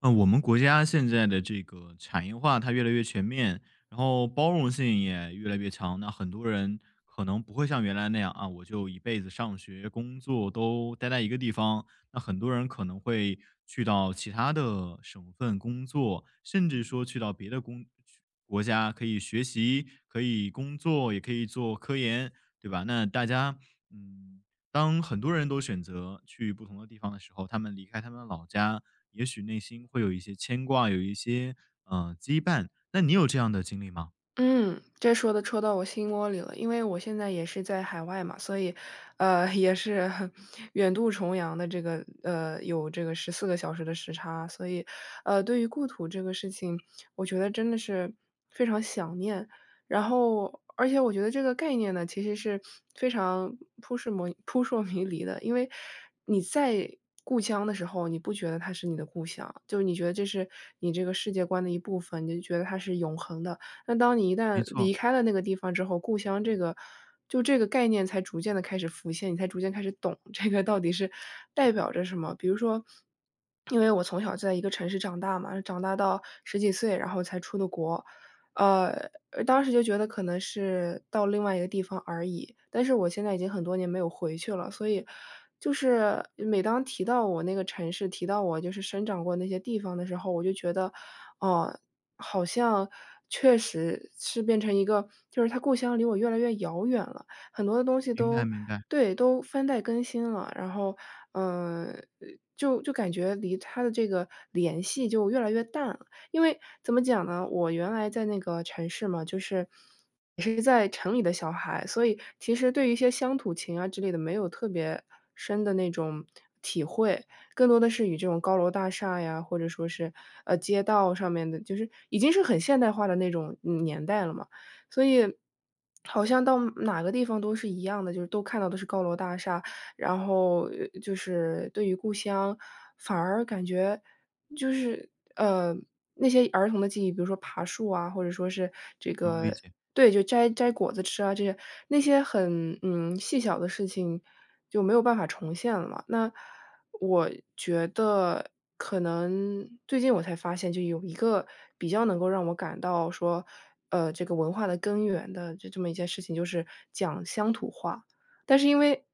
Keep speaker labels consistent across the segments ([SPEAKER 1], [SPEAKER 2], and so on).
[SPEAKER 1] 我们国家现在的这个产业化它越来越全面，然后包容性也越来越强。那很多人可能不会像原来那样啊，我就一辈子上学、工作都待在一个地方。那很多人可能会去到其他的省份工作，甚至说去到别的工去国家可以学习、可以工作，也可以做科研，对吧？那大家嗯，当很多人都选择去不同的地方的时候，他们离开他们的老家，也许内心会有一些牵挂，有一些，羁绊。那你有这样的经历吗？
[SPEAKER 2] 嗯，这说的戳到我心窝里了，因为我现在也是在海外嘛，所以，也是 远渡重洋的这个，有这个14个小时的时差，所以，对于故土这个事情，我觉得真的是非常想念。然后，而且我觉得这个概念呢，其实是非常扑朔迷离的，因为你在故乡的时候，你不觉得它是你的故乡，就是你觉得这是你这个世界观的一部分，你就觉得它是永恒的。那当你一旦
[SPEAKER 1] 没错，
[SPEAKER 2] 离开了那个地方之后，故乡这个就这个概念才逐渐的开始浮现，你才逐渐开始懂这个到底是代表着什么。比如说，因为我从小在一个城市长大嘛，长大到十几岁，然后才出的国。呃，当时就觉得可能是到另外一个地方而已，但是我现在已经很多年没有回去了，所以就是每当提到我那个城市，提到我就是生长过那些地方的时候，我就觉得，哦，好像确实是变成一个就是他故乡离我越来越遥远了，很多的东西
[SPEAKER 1] 明白
[SPEAKER 2] 都
[SPEAKER 1] 明白，
[SPEAKER 2] 对，都翻代更新了，然后，嗯，呃就感觉离他的这个联系就越来越淡了。因为怎么讲呢，我原来在那个城市嘛，就是也是在城里的小孩，所以其实对于一些乡土情啊之类的，没有特别深的那种体会。更多的是与这种高楼大厦呀，或者说是，街道上面的就是已经是很现代化的那种，年代了嘛。所以好像到哪个地方都是一样的，就是都看到的是高楼大厦，然后，就是对于故乡，反而感觉就是，呃，那些儿童的记忆，比如说爬树啊，或者说是这
[SPEAKER 1] 能理
[SPEAKER 2] 个
[SPEAKER 1] 解。
[SPEAKER 2] 对，就摘摘果子吃啊，这些那些很，细小的事情就没有办法重现了嘛。那我觉得可能最近我才发现，就有一个比较能够让我感到说，这个文化的根源的就这么一件事情，就是讲乡土话。但是因为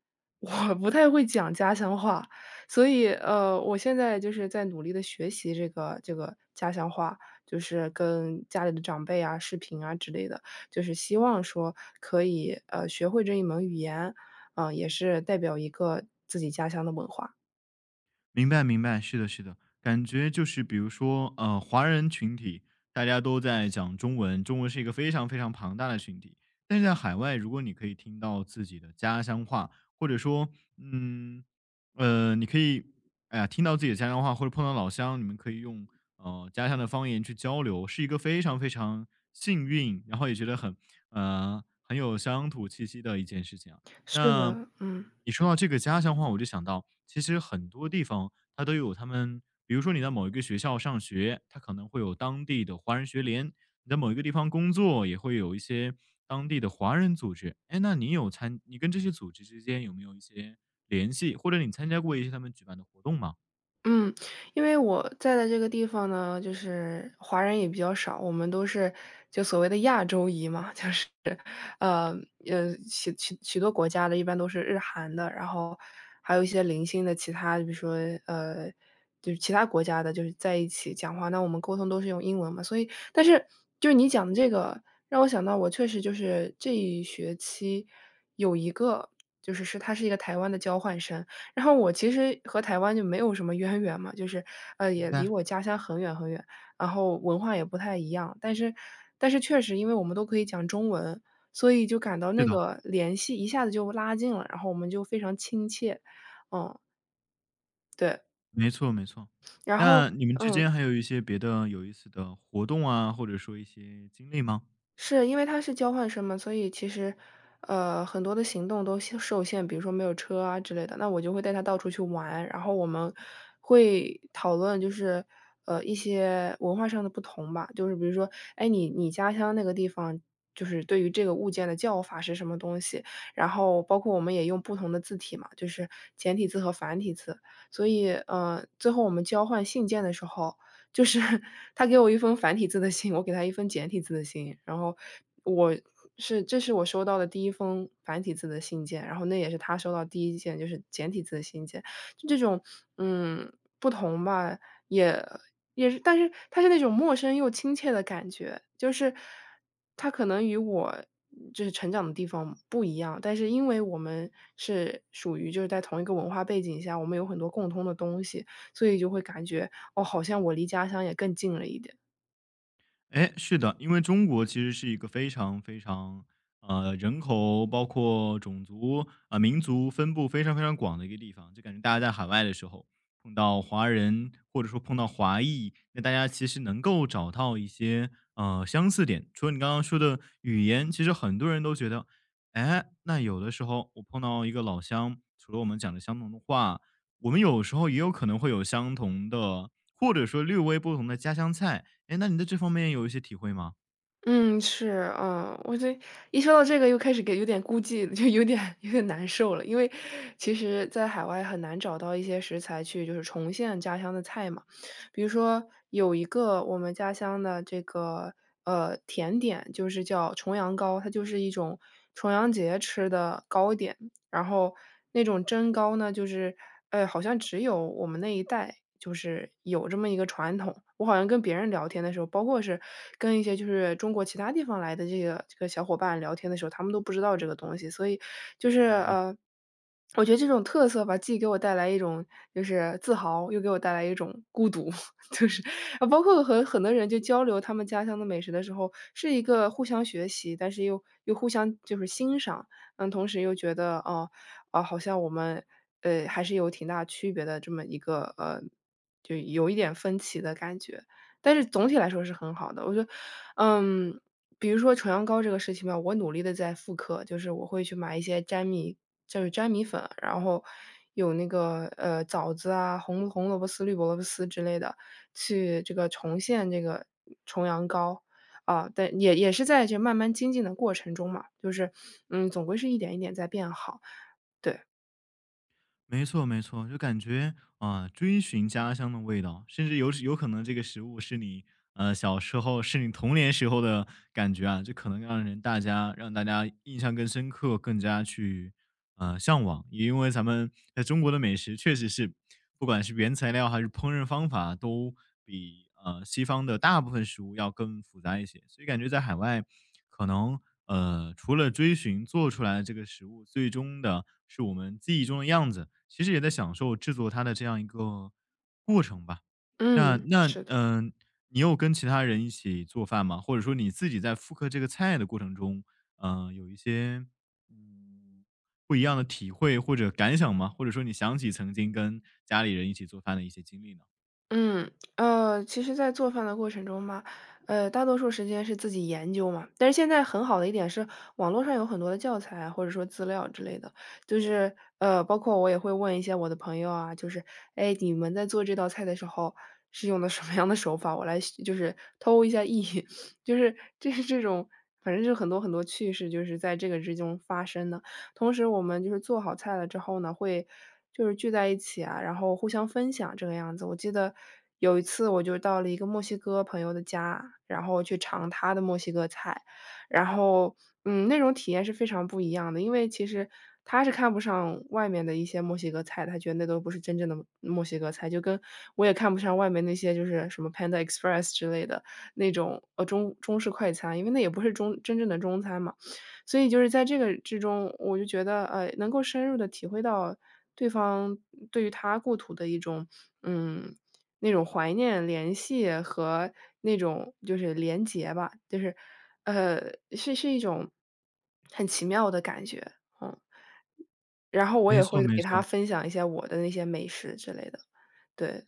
[SPEAKER 2] 我不太会讲家乡话，所以，我现在就是在努力的学习这个家乡话，就是跟家里的长辈啊、视频啊之类的，就是希望说可以，学会这一门语言，啊，也是代表一个自己家乡的文化。
[SPEAKER 1] 明白明白，是的，是的，感觉就是比如说，华人群体大家都在讲中文，中文是一个非常非常庞大的群体，但是在海外，如果你可以听到自己的家乡话，或者说，嗯，呃，你可以，哎呀，听到自己的家乡话，或者碰到老乡，你们可以用家乡的方言去交流，是一个非常非常幸运，然后也觉得很很有乡土气息的一件事情啊。
[SPEAKER 2] 是
[SPEAKER 1] 那
[SPEAKER 2] 的，嗯。
[SPEAKER 1] 你说到这个家乡话，我就想到，其实很多地方它都有他们，比如说你在某一个学校上学，它可能会有当地的华人学联；你在某一个地方工作，也会有一些当地的华人组织。哎，那你有参，你跟这些组织之间有没有一些联系，或者你参加过一些他们举办的活动吗？
[SPEAKER 2] 嗯，因为我在的这个地方呢，就是华人也比较少，我们都是就所谓的亚洲裔嘛，就是，呃，许多国家的一般都是日韩的，然后还有一些零星的其他，比如说，呃，就是其他国家的，就是在一起讲话，那我们沟通都是用英文嘛，所以但是就是你讲的这个，让我想到我确实就是这一学期有一个他是一个台湾的交换生。然后我其实和台湾就没有什么渊源嘛，就是，
[SPEAKER 1] 明
[SPEAKER 2] 也离
[SPEAKER 1] 白。
[SPEAKER 2] 我家乡很远很远，然后文化也不太一样。但是确实因为我们都可以讲中文，所以就感到
[SPEAKER 1] 是
[SPEAKER 2] 那
[SPEAKER 1] 的，
[SPEAKER 2] 个联系一下子就拉近了，然后我们就非常亲切。嗯，对，
[SPEAKER 1] 没错没错。
[SPEAKER 2] 然后，
[SPEAKER 1] 那你们之间
[SPEAKER 2] 嗯。
[SPEAKER 1] 还有一些别的有意思的活动啊，或者说一些经历吗？
[SPEAKER 2] 是，因为他是交换生嘛，所以其实，很多的行动都受限，比如说没有车啊之类的，那我就会带他到处去玩，然后我们会讨论就是，一些文化上的不同吧，就是比如说，哎，你家乡那个地方。就是对于这个物件的叫法是什么东西，然后包括我们也用不同的字体嘛，就是简体字和繁体字，所以最后我们交换信件的时候，就是 他给我一封繁体字的信，我给他一封简体字的信，然后我是这是我收到的第一封繁体字的信件，然后那也是他收到第一件就是简体字的信件。就这种，嗯，不同吧，也也是但是它是那种陌生又亲切的感觉，就是他可能与我就是成长的地方不一样，但是因为我们是属于就是在同一个文化背景下，我们有很多共通的东西。所以就会感觉，哦，好像我离家乡也更近了一点。
[SPEAKER 1] 哎，是的，因为中国其实是一个非常非常，人口包括种族啊、民族分布非常非常广的一个地方，就感觉大家在海外的时候碰到华人或者说碰到华裔，那大家其实能够找到一些相似点。除了你刚刚说的语言，其实很多人都觉得，哎，那有的时候我碰到一个老乡，除了我们讲的相同的话，我们有时候也有可能会有相同的，或者说略微不同的家乡菜。哎，那你在这方面有一些体会吗？
[SPEAKER 2] 嗯，是。嗯，我这一说到这个又开始给有点孤寂了就有点难受了。因为其实在海外很难找到一些食材去就是重现家乡的菜嘛。比如说有一个我们家乡的这个，甜点，就是叫重阳糕，它就是一种重阳节吃的糕点。然后那种蒸糕呢，就是，好像只有我们那一代就是有这么一个传统。我好像跟别人聊天的时候，包括是跟一些就是中国其他地方来的这个小伙伴聊天的时候，他们都不知道这个东西。所以就是，
[SPEAKER 1] 能理
[SPEAKER 2] 我觉得这种特色吧，既给我带来一种就是自豪，又给我带来一种孤独。就是啊，包括和很多人就交流他们家乡的美食的时候，是一个互相学习，但是又互相就是欣赏。同时又觉得，哦，啊，好像我们，还是有挺大区别的这么一个，就有一点分歧的感觉。但是总体来说是很好的，我觉得，嗯，比如说重阳糕这个事情吧，我努力的在复刻，就是我会去买一些粘米就是粘米粉，然后有那个，枣子啊，红萝卜丝、绿萝卜丝之类的，去这个重现这个重阳糕。啊，对，也是在这慢慢精进的过程中嘛，就是，总归是一点一点在变好。对，
[SPEAKER 1] 没错没错，就感觉啊、追寻家乡的味道，甚至有可能这个食物是你小时候是你童年时候的感觉啊，这可能让大家印象更深刻，更加去向往，因为咱们在中国的美食确实是，不管是原材料还是烹饪方法，都比西方的大部分食物要更复杂一些，所以感觉在海外，可能除了追寻做出来的这个食物最终的是我们记忆中的样子，其实也在享受制作它的这样一个过程吧。那
[SPEAKER 2] 嗯，
[SPEAKER 1] 那
[SPEAKER 2] 是的。
[SPEAKER 1] 嗯、呃你有跟其他人一起做饭吗？或者说你自己在复刻这个菜的过程中，嗯，有一些嗯不一样的体会或者感想吗？或者说你想起曾经跟家里人一起做饭的一些经历呢？
[SPEAKER 2] 嗯，其实在做饭的过程中嘛，大多数时间是自己研究嘛。但是现在很好的一点是，网络上有很多的教材啊或者说资料之类的，就是包括我也会问一些我的朋友啊，就是哎，你们在做这道菜的时候是用的什么样的手法？我来学就是偷一下艺，就是这是这种，反正就是很多很多趣事，就是在这个之中发生的。同时我们就是做好菜了之后呢，会就是聚在一起啊，然后互相分享这个样子。我记得有一次我就到了一个墨西哥朋友的家，然后去尝他的墨西哥菜，然后，那种体验是非常不一样的。因为其实他是看不上外面的一些墨西哥菜，他觉得那都不是真正的墨西哥菜，就跟我也看不上外面那些就是什么 Panda Express 之类的那种，中式快餐，因为那也不是真正的中餐嘛。所以就是在这个之中，我就觉得，能够深入的体会到对方对于他故土的一种，嗯，那种怀念、联系和那种就是连结吧，就是，呃，是一种很奇妙的感觉，嗯。然后我
[SPEAKER 1] 没
[SPEAKER 2] 也
[SPEAKER 1] 错，
[SPEAKER 2] 会
[SPEAKER 1] 没
[SPEAKER 2] 给他
[SPEAKER 1] 错。
[SPEAKER 2] 分享一些我的那些美食之类的，对。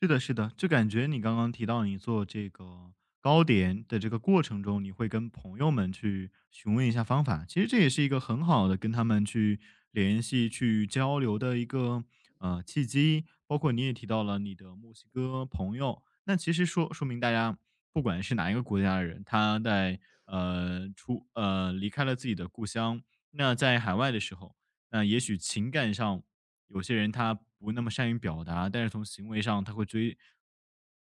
[SPEAKER 1] 是的，是的，就感觉你刚刚提到你做这个糕点的这个过程中，你会跟朋友们去询问一下方法，其实这也是一个很好的跟他们去联系、去交流的一个契机。包括你也提到了你的墨西哥朋友，那其实说说明大家不管是哪一个国家的人，他在呃出呃离开了自己的故乡，那在海外的时候。那也许情感上有些人他不那么善于表达，但是从行为上他会追，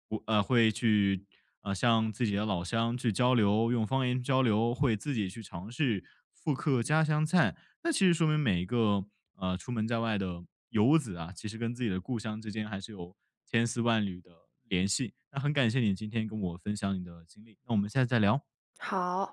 [SPEAKER 1] 不呃会去向自己的老乡去交流，用方言交流，会自己去尝试复刻家乡菜。那其实说明每一个出门在外的游子啊，其实跟自己的故乡之间还是有千丝万缕的联系。那很感谢你今天跟我分享你的经历，那我们下次再聊。
[SPEAKER 2] 好。